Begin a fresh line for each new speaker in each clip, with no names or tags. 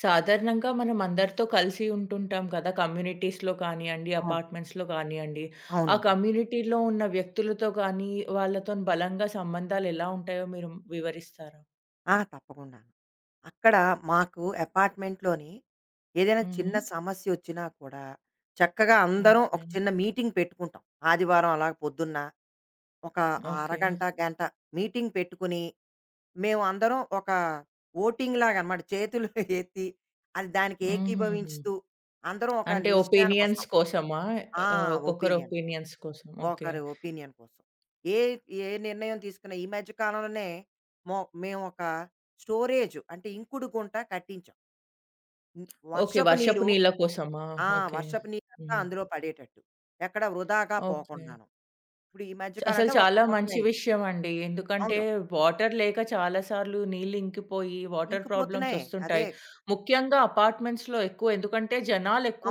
సాధారణంగా మనం అందరితో కలిసి ఉంటుంటాం కదా! కమ్యూనిటీస్‌లో కానియండి,
అవును.
అపార్ట్మెంట్స్‌లో కానియండి. ఆ
అవునవును.
కమ్యూనిటీలో ఉన్న వ్యక్తులతో కానీ, వాళ్ళతోని బలంగా సంబంధాలు ఎలా ఉంటాయో మీరు వివరిస్తారా?
ఆ! తప్పకుండాను. అక్కడ మాకు అపార్ట్‌మెంట్‌లోని ఏదైనా చిన్న
హుహు.
సమస్యొచ్చినా కూడా చక్కగా అందరం ఒక
ఓకే.
చిన్న మీటింగ్ పెట్టుకుంటాం. ఆదివారం అలాగ పొద్దున్న ఒక
ఓకే.
అరగంట, గంట మీటింగ్ పెట్టుకుని మేమందరం ఒక ఓటింగ్‌లాగనమాట. చేతులు ఎత్తి అది దానికి
హుహుహు.
ఏకీభవించుతూ అందరం ఒక
అంటే ఒపీనియన్స్
నిశ్చయానికొస్తాం.
కోసమా?
ఆ!
ఒక్కొక్కరు
ఒపీనియన్.
ఒపీనియన్స్ కోసం. ఓకే.
ఒకరి ఒపీనియన్ కోసం. ఏ ఏ నిర్ణయం తీసుకున్నా ఈ మధ్య కాలంలోనే మొ మేము ఒక స్టోరేజ్ అంటే ఇంకుడు గుంట కట్టించాం. హ్మ్.
ఓకే.
వర్షపు
వర్షపు
నీరు.
నీళ్ళ కోసమా?
ఆ!
ఓకే.
వర్షపు నీరంతా
హ్మ్.
అందులో పడేటట్టు. ఎక్కడ వృధాగా
ఓకే.
పోకుండాను. ఇప్పుడు ఈ మధ్య కాలం
అసలు
అంటే ఒక
చాలా
సంవత్సరం
మంచి
అయింది.
విషయం అండి. ఎందుకంటే
అవును.
వాటర్ లేక చాలా సార్లు నీళ్ళు ఇంకిపోయి వాటర్ ప్రాబ్లమ్స్
ఇంకిపోతున్నాయి. అదే.
వస్తుంటాయి. ముఖ్యంగా అపార్ట్మెంట్స్‌లో ఎక్కువ ఎందుకంటే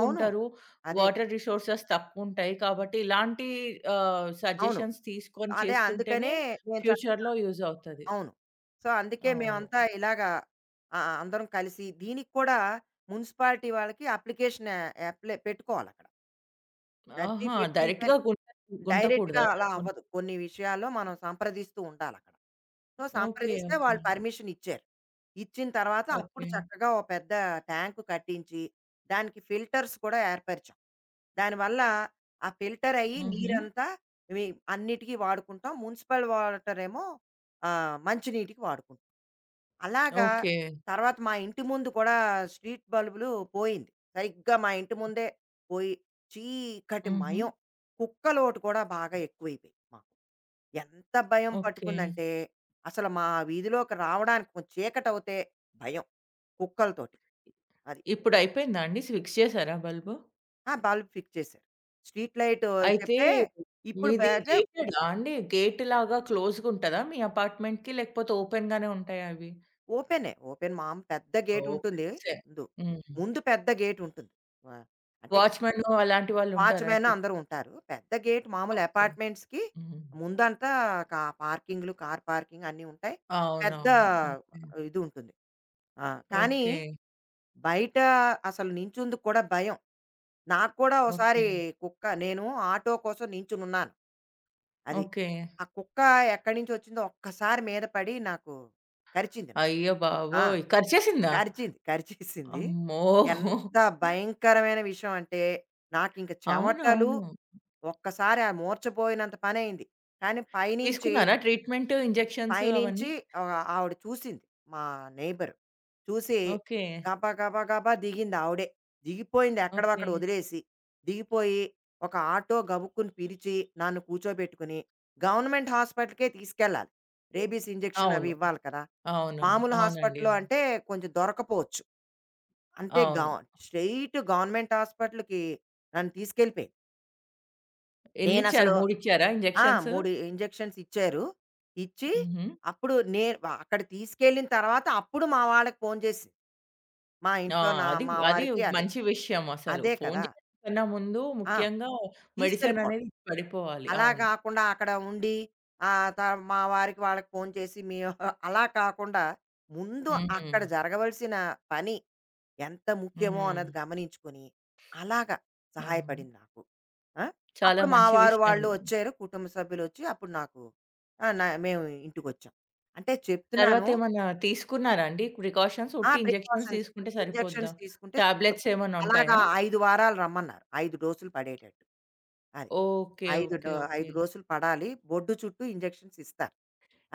అవును. అదే కదా!
వాటర్ రిసోర్సెస్ తక్కువుంటాయి. కాబట్టి ఇలాంటి
అవును.
సజెషన్స్ తీసుకొని
అదే
చేస్తుంటేనే
అందుకనే నేను చ
ఫ్యూచర్‌లో యూజ్ అవుతది.
అవును. సో, అందుకే
అవును.
మేమంతా ఇలాగా అందరం కలిసి దీనికి కూడా మున్సిపాలిటీ వాళ్ళకి అప్లికేషన్ అప్లై పెట్టుకోవాలక్కడ. బజ్జీ
ఆహా!
పెట్టుకుంటే
డైరెక్ట్‌గా గుంత
డైరెక్ట్‌గా
గుంతకూడదా?
అలా
గుంత
అవ్వదు. కొన్ని విషయాల్లో మనం సంప్రదిస్తూ ఉండాలక్కడ. So,
okay.
సంప్రదిస్తే
ఓకే.
వాళ్ళు పర్మిషన్ ఇచ్చారు. ఇచ్చిన తర్వాత అప్పుడు
ఓకే.
చక్కగా ఓ పెద్ద ట్యాంక్ కట్టించి, దానికి ఫిల్టర్స్ కూడా ఏర్పరిచాం. దానివల్ల ఆ ఫిల్టర్ అయ్యి
హుహు.
నీరంతా మీ అన్నిటికి వాడుకుంటాం. మున్సిపల్ వాటర్ ఏమో మంచినీటికి వాడుకుంటాం. అలాగా
ఓకే.
తర్వాత మా ఇంటి ముందు కూడా స్ట్రీట్ బల్బులు పోయింది. సరిగ్గా మా ఇంటి ముందే పోయి చీకటి
హుహు.
మయం. కుక్కలోటు కూడా బాగా ఎక్కువైపోయాయి మాకు. ఎంత భయం
ఓకే.
పట్టుకుందంటే అసలు మా వీధిలోకి రావడానికి కొంచెం చీకటవుతే భయం కుక్కలతోటి. అది.
ఇప్పుడయిపోయిందా అండి? ఫిక్స్ చేసారా బల్బు?
ఆ! బల్బ్ ఫిక్స్ చేశారు. స్ట్రీట్ లైట్
అయితే
చెప్తే ఇప్పుడు
మీది
బెతే
గేటెడా అండి? గేట్ లాగా క్లోజ్‌గా ఉంటదా మీ అపార్ట్‌మెంట్‌కి? లేకపోతే ఓపెన్ గానే ఉంటాయా అవి?
ఓపెనే. ఓపెన్ మామూలు పెద్ద
ఓపెన్.
గేటుంటుంది
సేమ్.
ముందు.
హ్మ్.
ముందు పెద్ద గేటుంటుంది. ఆహ్, అంటే
వాచ్‌మెన్ అలాంటి వాళ్ళు ఉంటారా
వాచ్‌మెన్
ఇప్పుడు?
అందరూ ఉంటారు. పెద్ద గేట్ మామూలు
ఓకే.
అపార్ట్‌మెంట్స్‌కి
హ్మ్.
ముందంతా పార్కింగ్‌లు, కార్ పార్కింగ్ అన్నీ ఉంటాయి. పెద్ద
అవునవును. ఓకే.
ఇది ఉంటుంది. ఆ! కానీ
ఓకే.
బయట అసలు నించుందుకు కూడా భయం. నాకు కూడా ఓసారి
ఓకే.
కుక్క నేను ఆటో కోసం నించునున్నాను. అది.
ఓకే.
ఆ కుక్క ఎక్కడి నుంచి వచ్చిందో ఒక్కసారి మీద పడి నాకు కరిచింది నన్ను.
అయ్య
ఆ!
బాబోయ్! కరిచేసిందా?
కరిచింది. కరిచేసింది.
అమ్మో!
ఎంత భయంకరమైన విషయం అంటే నాకింక చెమటలు
అవునవును.
ఒక్కసారి ఆ మూర్ఛపోయినంత పనయింది. కానీ పైనుంచి,
తీసుకున్నారా ట్రీట్మెంట్, ఇంజెక్షన్స్
పైనుంచి
అవన్నీ?
ఆవిడ చూసింది. మా నెయిబర్. చూసి
ఓకే.
గబా, గబా, గబా దిగింది ఆవిడే. దిగిపోయింది ఎక్కడో
ఓకే.
అక్కడ వదిలేసి, దిగిపోయి ఒక ఆటో గబుక్కున పిలిచి నన్ను కూర్చోబెట్టుకుని గవర్నమెంట్ హాస్పిటల్‌కే తీసుకెళ్ళాలి. రేబీస్ ఇంజెక్షన్ అవి
అవును.
ఇవ్వాలి కదా!
అవునవును.
మామూలు
అవునండి.
హాస్పిటల్‌లో
అవును.
అంటే కొంచెం దొరకపోవచ్చు. అంటే గ
అవును.
స్ట్రెయిట్ గవర్నమెంట్ హాస్పిటల్‌కి నన్ను తీసుకెళ్ళిపోయింది.
ఎన్నిచ్చారు?
నేనసలు
3 ఇచ్చారా
ఆ!
ఇంజెక్షన్స్?
3 ఇంజెక్షన్స్ ఇచ్చారు. ఇచ్చి
హుహు.
అప్పుడు నే వ అక్కడ తీసుకెళ్ళిన తర్వాత అప్పుడు మా వాళ్ళకి ఫోను చేసింది. మా
ఆ!
ఇంట్లో
అది
మా
అది
వారికి అదే.
మంచి విషయం అసలు.
అదే
ఫోను
కదా!
జేయడం కన్నా ముందు
ఆ!
ముఖ్యంగా మెడిసిన్
తీసుకెళ్ళిపోవడం.
అనేది పడిపోవాలి.
అలా
అవును.
కాకుండా అక్కడ ఉండి ఆహ్, త మా వారికి వాళ్ళకి ఫోను చేసి మీ అలా కాకుండా ముందు అక్కడ
హ్మ్.
జరగవలసిన పని ఎంత ముఖ్యమో
హ్మ్.
అన్నది గమనించుకొని, అలాగా
అవును.
సహాయపడింది నాకు. ఆ!
చాలా
అప్పుడు మా
మంచి
వారు
విషయం.
వాళ్ళు వచ్చారు. కుటుంబ సభ్యులొచ్చి అప్పుడు నాకు ఆ! మేము ఇంటికొచ్చాం. అంటే చెప్తున్నాను
తర్వాతేమన్నా తీసుకున్నారా అండి? ప్రికాషన్స్
ఆ!
ఉట్టి ఇంజెక్షన్స్
ప్రికాషన్స్
తీసుకుంటే సరిపోద్దా?
ఇంజెక్షన్స్ తీసుకుంటే
టాబ్లెట్స్
సరిపోతుంది.
ఏమన్నా
అలాగా
ఉంటాయా?
5 వారాలు రమ్మన్నారు. 5 డోసులు పడేటట్టు. అది.
ఓకే.
5
ఓకే.
Do
okay.
5 డోసులు పడాలి. బొడ్డు చుట్టూ ఇంజెక్షన్స్ ఇస్తారు.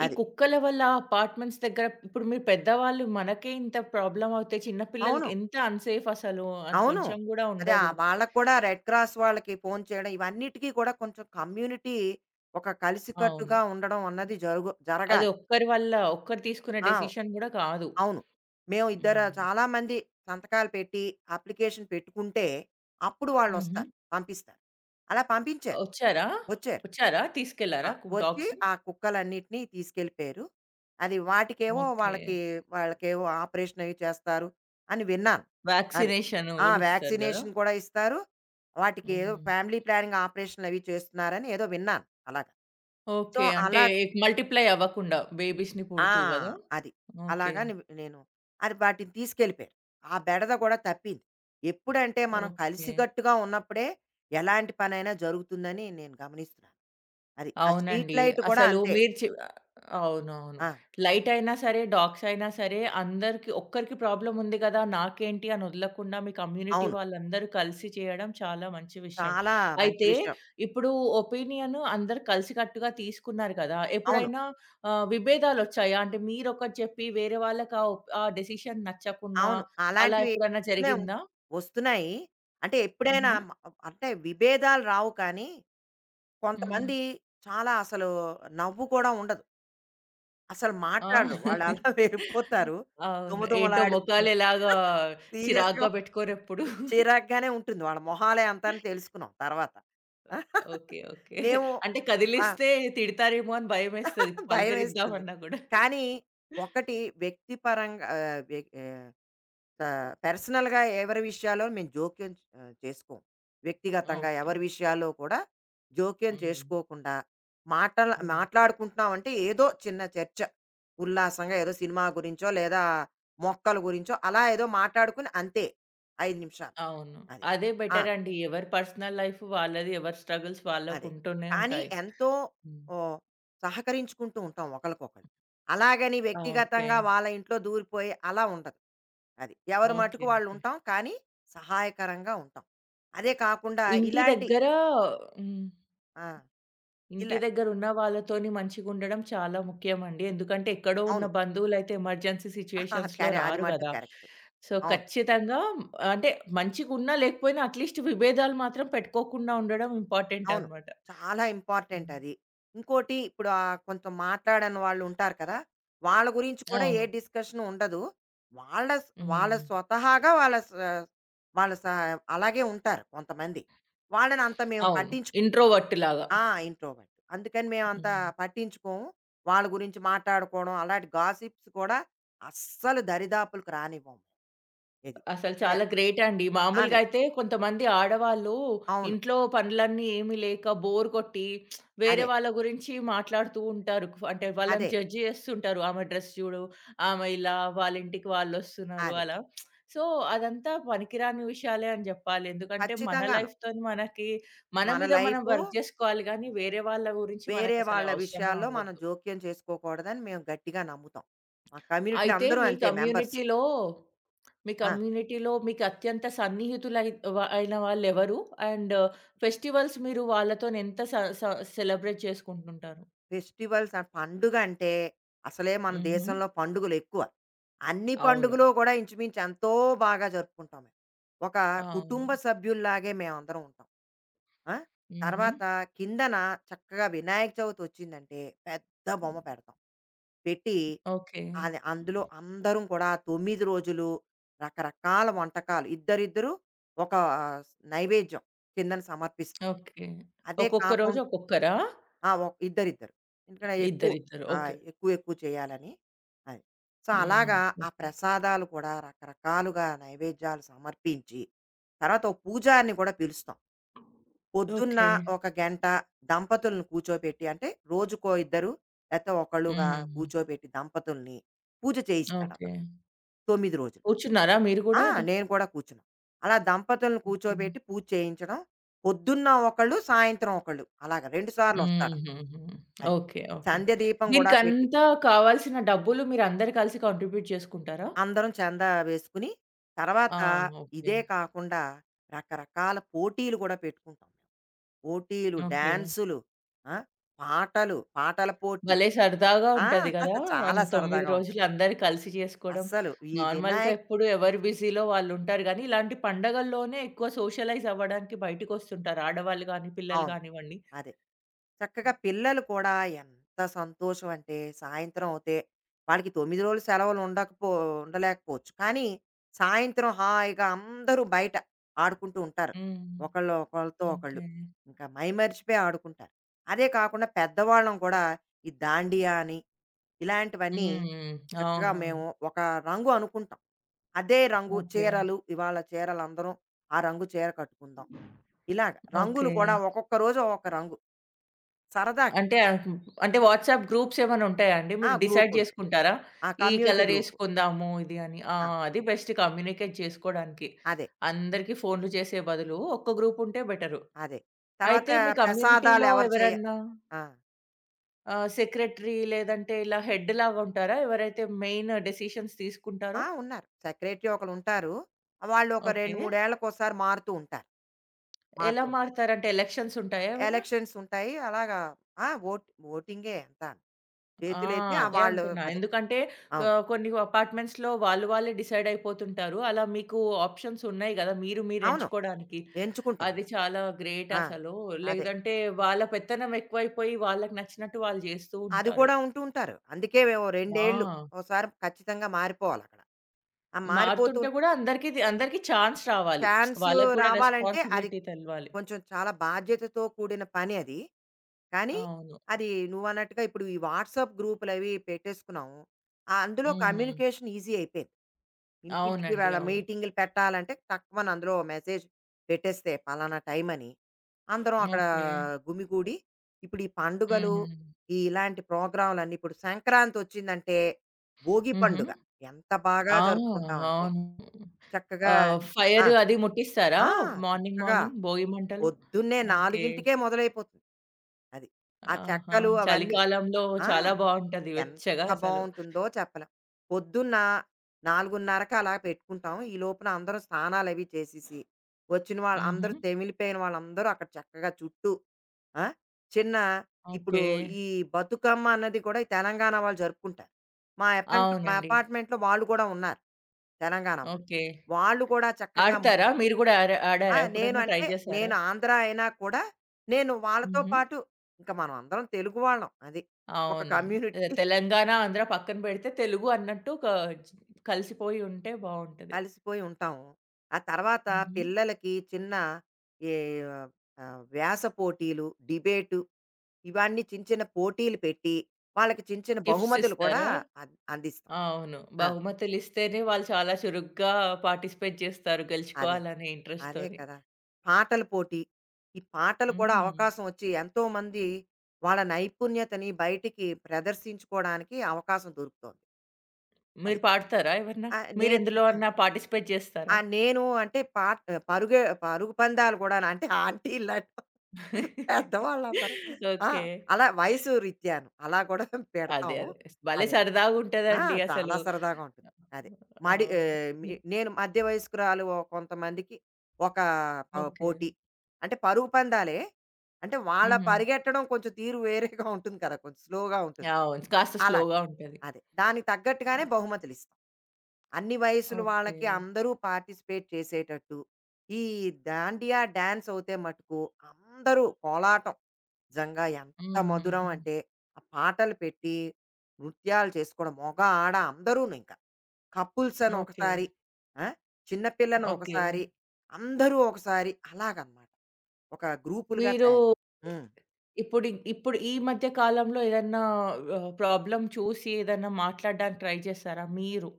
ఈ
అది.
కుక్కల వల్ల అపార్ట్మెంట్స్ దగ్గర ఇప్పుడు మీరు పెద్దవాళ్ళు మనకే ఇంత ప్రాబ్లమ్ అవుతే చిన్న పిల్లలకి
అవును.
ఎంత అన్‌సేఫ్ అసలు. అది
అవును.
కొంచెం గూడా
అదే
ఉండదు.
వాళ్ళకి కూడా రెడ్ క్రాస్ వాళ్ళకి ఫోను చేయడం ఇవన్నిటికి కూడా కొంచెం కమ్యూనిటీ ఒక కలిసికట్టుగా
అవును.
ఉండడం అన్నది
అది
జరగాలి.
ఒక్కరి వల్ల ఒక్కరు తీసుకునే
ఆ!
డెసిషన్ గూడా కాదు.
అవును. మేము ఇద్దర
హ్మ్.
చాలా మంది సంతకాలు పెట్టి, అప్లికేషన్ పెట్టుకుంటే అప్పుడు
హుహు.
వాళ్ళొస్తారు. పంపిస్తారు. అలా పంపించారు.
ఒచ్చారా?
వచ్చారు.
ఒచ్చారా?
ఆ!
తీసుకెళ్లారా
వచ్చి
డాగ్స్‌ని?
ఆ కుక్కలన్నిటిని తీసుకెళ్ళిపోయారు. అది వాటికేవో
ఓకే.
వాళ్ళకి వాళ్ళకేవో ఆపరేషన్ అవి చేస్తారు అని విన్నాను. అది.
వ్యాక్సినేషన్
ఆ!
గూడా ఇస్తారు గదా!
వ్యాక్సినేషన్ కూడా ఇస్తారు. వాటికి ఏదో
హ్మ్.
ఫ్యామిలీ ప్లానింగ్ ఆపరేషన్‌లు అవి చేస్తున్నారని ఏదో విన్నాను అలాగా. So,
okay. అంటే
అలా
మల్టిప్లై అవ్వకుండా బేబీస్‌ని
ఆ!
పుడుతూ గదా!
అది.
ఓకే.
అలాగా నే నేను అది వాటిని తీసుకెళ్ళిపోయారు. ఆ బెడద కూడా తప్పింది. ఎప్పుడంటే మనం
ఓకే.
కలిసికట్టుగా ఉన్నప్పుడే ఎలాంటి పనైనా జరుగుతుందని నేను గమనిస్తున్నాను. అది. ఆ స్ట్రీట్
అవునండి.
లైట్ కూడా
అసలు
అంతే.
మీరు చె అవునవును.
ఆ!
లైట్ అయినా సరే, డాగ్స్ అయినా సరే అందరికి ఒక్కరికి ప్రాబ్లమ్ ఉంది గదా! నాకేంటి అని వదలకుండా మీ కమ్యూనిటీ
అవును.
వాళ్ళందరూ కలిసి చేయడం చాలా మంచి విషయం.
చాలా మంచి
అయితే
విషయం.
ఇప్పుడు ఒపీనియన్ అందరూ కలిసికట్టుగా తీసుకున్నారు కదా!
అవును.
ఎప్పుడైనా విభేదాలొచ్చాయా? అంటే మీరొకటి చెప్పి వేరే వాళ్ళకి ఆ డెసిషన్ నచ్చకుండా
అవును.
అలా
అలాంటివి
ఎప్పుడన్నా
వస్తూనే ఉం
జరిగిందా?
వస్తున్నాయి. అంటే ఎప్పుడైనా
హుహు.
మ అంటే విభేదాలు రావు కానీ,
హ్మ్.
కొంతమంది చాలా అసలు నవ్వు కూడా ఉండదు. అసలు
ఆ!
మాట్లాడరు. వాళ్ళు అలా వెళ్ళిపోతారు.
అవును. ఏంటో
దుమదుమలాడుతూ
మొఖాలెలాగా
సీరియస్‌గా
చిరాగ్గా పెట్టుకోరెప్పుడు.
చిరాగ్గానే ఉంటుంది. వాళ్ళ మొహాలే అంతాను తెలుసుకున్నాం తర్వాత.
ఓకే. ఓకే.
మేము
అంటే
ఆ!
కదిలిస్తే తిడతారేమో అని భయమేస్తది
భయమేస్తుంది.
పలకరిద్దామన్నా గూడా.
కానీ ఒకటి వ్యక్తిపరంగా ఆహ్, వ్య ఆహ్ ఆహ్, పర్సనల్‌గా ఎవరి విషయాలో మేము జోక్యం చేసుకోం. వ్యక్తిగతంగా
ఓకే.
ఎవరి విషయాల్లో కూడా జోక్యం
హ్మ్.
చేసుకోకుండా
హ్మ్.
మాట్లాడుకుంటున్నామంటే ఏదో చిన్న చర్చ. ఉల్లాసంగా ఏదో సినిమా గురించో లేదా మొక్కల గురించో అలా ఏదో మాట్లాడుకుని అంతే. 5 నిమిషాలు
అవును.
అది.
అదే
ఆ!
బెటరండి. ఎవరి పర్సనల్ లైఫ్ వాళ్ళది. ఎవరి స్ట్రగుల్స్
అదే.
వాళ్ళకుంటూనే
కానీ
ఉంటాయి.
ఎంతో
హ్మ్.
ఓహ్, సహకరించుకుంటూ ఉంటాం ఒకళ్ళకొకళ్ళు. అలాగని
ఆ! ఓకే.
వ్యక్తిగతంగా వాళ్ళ ఇంట్లో దూరిపోయి అలా ఉండదు. అది. ఎవరి
ఓకే.
మట్టుకు
ఓకే.
వాళ్ళుంటాం. కానీ, సహాయకరంగా ఉంటాం. అదే కాకుండా
ఇంటి
ఇలాంటి
దగ్గర హ్మ్.
ఆ!
ఇంటి
ఇలా
దగ్గర ఉన్న వాళ్ళతోని మంచిగుండడం చాలా ముఖ్యమండి. ఎందుకంటే ఎక్కడో ఉన్న
అవును.
బంధువులైతే ఎమర్జెన్సీ సిట్యుయేషన్స్‌లో
అది
రారు
మట్టుకు
గదా!
కరెక్ట్.
సో,
అవును.
ఖచ్చితంగా అంటే మంచిగున్నా, లేకపోయినా అట్‌లీస్ట్ విభేదాలు మాత్రం పెట్టుకోకుండా ఉండడం ఇంపార్టెంట్
అవును.
అనమాట.
చాలా ఇంపార్టెంట్
హ్మ్.
అది. ఇంకోటి ఇప్పుడు కొంచెం మాట్లాడని వాళ్ళుంటారు కదా! వాళ్ళ గురించి కూడా ఏ
అవును.
డిస్కషన్ ఉండదు. వాళ్ళ స్ వాళ్ళ
హ్మ్.
స్వతహాగా వాళ్ళ స వాళ్ళ స అలాగే ఉంటారు కొంతమంది. వాళ్ళనంత మేము
అవును.
పట్టించుకోం.
ఇంట్రోవర్ట్ లాగా.
ఆ! ఇంట్రోవర్ట్. అందుకని మేమంతా
హ్మ్.
పట్టించుకోము. వాళ్ళ గురించి మాట్లాడుకోవడం, అలాంటి గాసిప్స్ కూడా అస్సలు దరిదాపులకు రానివ్వం. ఇది.
అసలు
అదే.
చాలా గ్రేట్ అండి. మామూలుగా
అదే.
అయితే కొంతమంది ఆడవాళ్ళు
అవును.
ఇంట్లో పనులన్నీ ఏమి లేక బోర్ కొట్టి వేరే
అదే.
వాళ్ళ గురించి మాట్లాడుతూ ఉంటారు. అంటే వాళ్ళని
అదే.
జడ్జ్ చేస్తుంటారు. ఆమె డ్రెస్ చూడు, ఆమె ఇలా వాళ్ళ ఇంటికి వాళ్ళొస్తున్నారు
అదే.
అలా. సో, అదంతా పనికిరాని విషయాలే అని జెప్పాలి. ఎందుకంటే మన
ఖచ్చితంగాను.
లైఫ్‌తోని మనకి మన
మన
మీద మనం
లైఫు
వర్క్ జేసుకోవాలి గానీ వేరే వాళ్ళ గురించి
వేరే
మనకసలు
వాళ్ళ
అవసరమే
విషయాల్లో మనం
ఉండొద్దు.
జోక్యం చేసుకోకూడదని మేము గట్టిగా నమ్ముతాం. మా కమ్యూనిటీ
అయితే
అందరూ
మీ
అంతే మెంబర్స్.
కమ్యూనిటీలో మీ
ఆ!
కమ్యూనిటీలో మీకు అత్యంత సన్నిహితులై అయిన వాళ్ళెవరు? అండ్ ఫెస్టివల్స్ మీరు వాళ్ళతోని ఎంత స స సెలబ్రేట్ చేసుకుంటుంటారు?
ఫెస్టివల్స్ ఆ పండుగ అంటే అసలే మన
హుహు.
దేశంలో పండుగలు ఎక్కువ. అన్ని
అవును.
పండుగలు కూడా ఇంచుమించు ఎంతో బాగా జరుపుకుంటాం మేము. ఒక
అవును.
కుటుంబ సభ్యుల్లాగే మేమందరం ఉంటాం. ఆ!
హుహు.
తర్వాత కిందన చక్కగా వినాయక చవితి వచ్చిందంటే పెద్ద బొమ్మ పెడతాం. పెట్టి
ఓకే.
అది అందులో అందరం కూడా 9 రోజులు రకరకాల వంటకాలు ఇద్దరిద్దరు ఒక ఆ, నైవేద్యం కిందన సమర్పిస్తాం.
ఓకే.
అదే
ఒక్కొక్క
కాకుం
రోజు ఒక్కొక్కరా?
ఆ! ఇద్దరిద్దరు. ఎందుకంటే ఎక్కువ
ఇద్దరిద్దరు.
ఆ!
ఓకే.
ఎక్కువ ఎక్కువ చేయాలని. అది. సో,
హ్మ్.
అలాగా ఆ
ఓకే.
ప్రసాదాలు కూడా రకరకాలుగా నైవేద్యాలు సమర్పించి, తర్వాత ఓ పూజారిని కూడా పిలుస్తాం. పొద్దున్న
ఓకే.
ఒక గంట దంపతులను కూర్చోపెట్టి అంటే రోజుకో ఇద్దరు లేతే ఒకళ్ళుగా
హ్మ్.
కూర్చోపెట్టి దంపతుల్ని పూజ
ఓకే.
చేయిస్తాడతను. 9 రోజులు.
కూర్చున్నారా మీరు
ఆ!
గూడా? ద
నేను కూడా కూర్చున్నాం. అలా దంపతులను
ఓకే.
కూర్చోబెట్టి పూజ చేయించడం. పొద్దున్న ఒకళ్ళు, సాయంత్రం ఒకళ్ళు అలాగా 2 సార్లొస్తాడతను.
హుహుహు.
అది.
ఓకే. ఓకే.
సంధ్య దీపం గూడా పెట్టి
దీనికంతా కావాల్సిన డబ్బులు మీరందరూ కలిసి కాంట్రిబ్యూట్ చేసుకుంటారా?
అందరం చందా వేసుకుని,
ఆ!
తర్వాత
ఓకే.
ఇదే కాకుండా రకరకాల పోటీలు గూడా పెట్టుకుంటాం. మేము. పోటీలు,
ఓకే.
డాన్సులు, ఆ! పాటలు, పాటల పోటీ.
భలే సరదాగా
ఆ!
ఉంటది గదా! అన్
చాలా
9
సరదాగా ఉంటుంది.
రోజులు అందరూ కలిసి చేసుకోవడం.
అస్సలు ఈ
నార్మల్‌గా
వినాయక్
ఎప్పుడు ఎవరు బిజీలో వాళ్ళుంటారు గానీ, ఇలాంటి పండగల్లోనే ఎక్కువ సోషలైజ్ అవ్వడానికి బయటికొస్తుంటారు. ఆడవాళ్ళు గానీ, పిల్లలు
అవును.
గానివ్వండి.
అదే. చక్కగా పిల్లలు కూడా ఎంత సంతోషం అంటే సాయంత్రం అవుతే వాళ్ళకి తొమ్మిది రోజులు సెలవులు ఉండకపో ఉండలేకపోవచ్చు కానీ సాయంత్రం హాయిగా అందరూ బయట ఆడుకుంటూ ఉంటారు
హ్మ్.
ఒకళ్ళు ఒకళ్ళతో ఒకళ్ళు
ఓకే.
ఇంకా మైమరిచిపోయి ఆడుకుంటారు అదే కాకుండా పెద్దవాళ్ళం కూడా ఈ దాండియా అని ఇలాంటివన్నీ
హ్మ్.
చక్కగా
అవునవును.
మేము ఒక రంగు అనుకుంటాం అదే రంగు
ఓకే.
చీరలు ఇవాళ చీరలు అందరం ఆ రంగు చీర కట్టుకుందాం ఇలాగ
ఓకే.
రంగులు కూడా ఒక్కొక్క రోజు ఒక్కొక్క రంగు సరదా
అంటే ఆహ్, హ్మ్. అంటే వాట్సాప్ గ్రూప్స్ ఏమైనా ఉంటాయా అండి?
ఆ!
మీరు
గ్రూప్
డిసైడ్
ఉంటుంది.
చేసుకుంటారా?
ఆ!
ఈ
కమ్యూనిటీ
కలర్
గ్రూప్.
ఏసుకుందాము ఇది అని. ఆ!
ఆ!
అది బెస్ట్ కమ్యూనికేట్ చేసుకోడానికి.
అదే.
అందరికి ఫోన్‌లు చేసే బదులు ఒక్క గ్రూప్ ఉంటే బెటరు.
అదే. తర్వాత
అయితే మీ
ప్రసాదాలు
కమ్యూనిటీలో
ఎవరు చేయ
ఎవరన్నా
ఆ!
సెక్రటరీ లేదంటే ఇలా హెడ్ లాగా ఉంటారా? ఎవరైతే మెయిన్ డెసిషన్స్
ఆ!
తీసుకుంటారో?
ఉన్నారు. సెక్రటరీ ఒకళ్ళుంటారు. వాళ్ళు ఒక 2,
ఓకే.
3 ఏళ్ళకోసారి మారుతూ ఉంటారు.
ఎలా
మారుతూ ఉంటారు.
మారుతారంటే ఎలక్షన్స్ ఉంటాయా ఏమన్నా?
ఎలక్షన్స్ ఉంటాయి. అలాగా ఆ! ఓటింగే అంతాను.
ఆ!
చేతులెత్తి ఆ!
అదే
వాళ్ళు
అంటున్నా.
అదే.
ఎందుకంటే
అవును.
కొన్ని అపార్ట్‌మెంట్స్‌లో వాళ్ళు వాళ్ళే డిసైడ్ అయిపోతుంటారు. అలా మీకు ఆప్షన్స్ ఉన్నాయి గదా! మీరు మీరు
అవును.
ఎంచుకోడానికి.
ఎంచుకుంటాం
అది
మేము.
చాలా గ్రేట్
ఆ!
అసలు.
అదే.
లేదంటే వాళ్ళ పెత్తనం ఎక్కువైపోయి వాళ్ళకి నచ్చినట్టు వాళ్ళు జేస్తూ
అది
ఉంటారు.
కూడా ఉంటూ ఉంటారు. అందుకే మేము 2 ఏళ్ళు
ఆ!
ఓసారి ఖచ్చితంగా మారిపోవాలక్కడ. ఆ! మారిపోతూ
మారుతుంటే గూడా అందరికి ఛాన్స్ రావాలి.
ఛాన్స్
వాళ్ళకి కూడా
రావాలంటే అది
రెస్పాన్సిబిలిటీ తెలవాలి.
కొంచెం చాలా బాధ్యతతో కూడిన పని అది. కానీ,
అవును.
అది నువ్వన్నట్టుగా ఇప్పుడు ఈ వాట్సాప్ గ్రూపులవి పెట్టేసుకున్నాం. ఆహ్, అందులో
హ్మ్.
కమ్యూనికేషన్ ఈజీ అయిపోయింది. ఇంటింటికి
అవునండి.
వాళ్ళ
అవును.
మీటింగులు పెట్టాలంటే టక్కుమని అందులో మెసేజ్ పెట్టేస్తే పలానా టైమని. అందరం అక్కడ
ఓకే.
గుమిగూడి ఇప్పుడు ఈ పండుగలు,
హ్మ్.
ఈ ఇలాంటి ప్రోగ్రాములన్నీ ఇప్పుడు సంక్రాంతొచ్చిందంటే భోగి
హుహు.
పండుగ ఎంత బాగా
ఆ!
జరుపుకుంటామంటే
అవును.
చక్కగా ఆ!
ఫైర్ అది ముట్టిస్తారా?
ఆ!
మార్నింగ్
చక్కగా
మార్నింగ్ భోగి మంటలు?
పొద్దున్నే
ఓకే.
4కే మొదలైపోతుంది. అది. ఆ
ఆహా!
చెక్కలు అవన్నీ
చలికాలంలో
ఆ!
చాలా బావుంటది వెచ్చగా
ఎంత
అసలు.
బావుంటుందో చెప్పలేం. పొద్దున్న 4:30కి అలా పెట్టుకుంటాం. ఈ లోపున అందరం స్నానాలవి చేసేసి, వచ్చిన వాళ్ళు
హుహు.
అందరూ తెమిలిపోయిన వాళ్ళందరూ అక్కడ చక్కగా చుట్టూ ఆ! చిన్న ఇప్పుడు
ఓకే.
ఈ బతుకమ్మ అన్నది కూడా ఈ తెలంగాణ వాళ్ళు జరుపుకుంటారు. మా
అవునండి.
అపార్ట్మెంట్‌లో వాళ్ళు కూడా ఉన్నారు. తెలంగాణ వాళ్ళు.
ఓకే.
వాళ్ళు కూడా చక్కగా
ఆడతారా? మీరు గూడా ఆర
ఆ!
ఆడారా? ఎప్పుడన్నా ట్రై చేసారా?
నేను ఆంధ్ర అయినా కూడా నేను వాళ్ళతో
హుహు.
పాటు ఇంక మనం అందరం తెలుగు వాళ్ళం అది. ఒక
అవునవును.
కమ్యూనిటీ
అదే తెలంగాణ, ఆంధ్ర పక్కన పెడితే తెలుగు అన్నట్టు ఒక కలిసిపోయి ఉంటే బావుంటది.
కలిసిపోయి ఉంటాము. ఆ తర్వాత
హుహు.
పిల్లలకి చిన్న ఏ వ్యాస పోటీలు, డిబేటు ఇవన్నీ చిన్న చిన్న పోటీలు పెట్టి వాళ్ళకి చిన్న చిన్న
టిప్స్
బహుమతులు కూడా
ఇస్తారా?
అందిస్తాం.
అవును.
ఆ!
బహుమతులిస్తేనే వాళ్ళు చాలా చురుగ్గా పార్టిసిపేట్ చేస్తారు
అదే.
గెలుచుకోవాలనే
అదే
ఇంట్రెస్ట్‌తోని.
కదా! పాటల పోటీ. ఈ పాటలు కూడా
హుహు.
అవకాశం వచ్చి ఎంతోమంది వాళ్ళ నైపుణ్యతని బయటికి ప్రదర్శించుకోవడానికి అవకాశం దొరుకుతోంది. అది.
మీరు పాడతారా ఏమన్నా?
ఆహ్, నేను
మీరెందులో అన్నా పార్టిసిపేట్
ఆ!
చేస్తారా?
నేను అంటే పాట్ పరుగే పరుగు పందాలు గూడాను అంటే ఆంటీలాంటి పెద్దవాళ్ళందరూ ఆ!
ఓకే.
అలా వయసు రీత్యాను అలా కూడా
అదే.
పెడతాం.
అదే. భలే
అదే. ఆ!
సరదాగుంటదండి
చాలా
అసలు.
సరదాగా ఉంటుంది. అది. మడి
అవును.
ఆహ్, మి
హ్మ్.
నేను మధ్య వయస్కురాలు ఓ కొంతమందికి ఒక
ఓకే.
పోటీ. అంటే పరుగు పందాలే. అంటే వాళ్ళ
హుహు.
పరిగెట్టడం కొంచెం తీరు వేరేగా ఉంటుంది కదా! కొంచెం స్లోగా ఉంటుంది.
అవును. కాస్త
అలా.
స్లోగా ఉంటది.
అదే. దానికి తగ్గట్టుగానే బహుమతులిస్తాం. అన్ని వయసుల
ఓకే.
వాళ్ళకి అందరూ పార్టిసిపేట్ చేసేటట్టు, ఈ దాండియా డాన్స్ అవుతే మటుకు అందరూ కోలాటం నిజంగా ఎంత
హుహుహు.
మధురం అంటే, ఆ పాటలు పెట్టి నృత్యాలు చేసుకోవడం మగ, ఆడ అందరూనింక. కపుల్స్ అని
ఓకే.
ఒకసారి, ఆ! చిన్న పిల్లని
ఓకే.
ఒకసారి, అందరూ ఒకసారి అలాగనమాట. ఒక గ్రూపులుగా
మీరు
తయారు హ్మ్.
ఇప్పుడు ఈ మధ్య కాలంలో ఏదన్నా ప్రాబ్లమ్ చూసి ఏదన్నా మాట్లాడడానికి ట్రై చేసారా మీరు?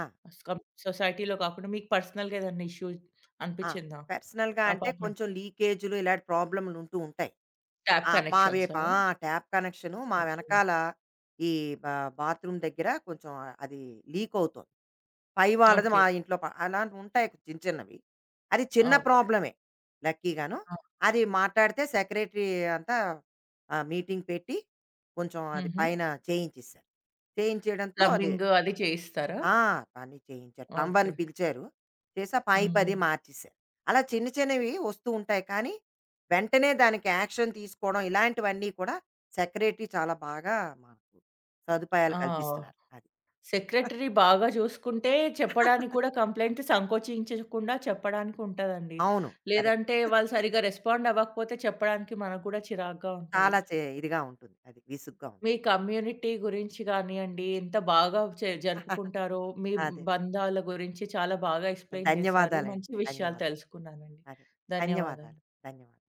ఆ!
కం సొసైటీలో కాకుండా మీకు పర్సనల్‌గా ఏదన్నా ఇష్యూ
ఆ!
అనిపిచ్చిందా?
పర్సనల్‌గా అంటే
అపార్ట్‌మెంట్
కొంచెం లీకేజులు ఇలాంటి ప్రాబ్లమ్‌లుంటూ ఉంటాయి.
ట్యాప్
ఆ! మా వేపు
కనెక్షన్సా?
ఆ! ట్యాప్ కనెక్షను మా
ఓకే. ఓకే.
వెనకాల ఈ బా బాత్రూమ్ దగ్గర కొంచెం అది లీకవుతోంది. పై వాళ్ళది
ఓకే.
మా ఇంట్లో ప అలాంటివుంటాయి చిన్న చిన్నవి. అది చిన్న ప్రాబ్లమే లక్కీగాను.
ఆ!
అది మాట్లాడితే సెక్రటరీ అంతా మీటింగ్ పెట్టి కొంచెం అది
హుహు.
పైన చేయించేశారు. చేయించేయడంతో అది
ప్లంబింగ్ అది చేయిస్తారా?
ఆ! పని చేయించారు. ప్లంబర్‌ని
ఓకే.
పిలిచారు. చేసి ఆ పై
హ్మ్.
పది మార్చేశారు. అలా చిన్న చిన్నవి వస్తూ ఉంటాయి. కానీ, వెంటనే దానికి యాక్షన్ తీసుకోవడం ఇలాంటివన్నీ కూడా సెక్రటరీ చాలా బాగా మాకు సదుపాయాలు
ఆ!
కల్పిస్తున్నారు. అది.
సెక్రటరీ బాగా చూసుకుంటే చెప్పడానికి కూడా కంప్లెయింట్ సంకోచించకుండా చెప్పడానికి ఉంటదండి.
అవును. కరెక్ట్.
లేదంటే వాళ్ళు సరిగ్గా రెస్పాండ్ అవ్వకపోతే చెప్పడానికి మనకు కూడా చిరాకుగా ఉంటది.
చాలా చే ఇదిగా ఉంటుంది. అది విసుగ్గా
మీ
ఉంటుంది.
కమ్యూనిటీ గురించి గానియండి, ఎంత బాగా చే జరుపుకుంటారో, మీ
అదే.
బంధాల గురించి చాలా బాగా ఎక్స్‌ప్లెయిన్ చేశారు.
ధన్యవాదాలండి.
మంచి విషయాలు
ధన్యవాదాలు.
తెలుసుకున్నానండి.
అదే.
ధన్యవాదాలు.
ధన్యవాదాలు. ధన్యవాదాలు.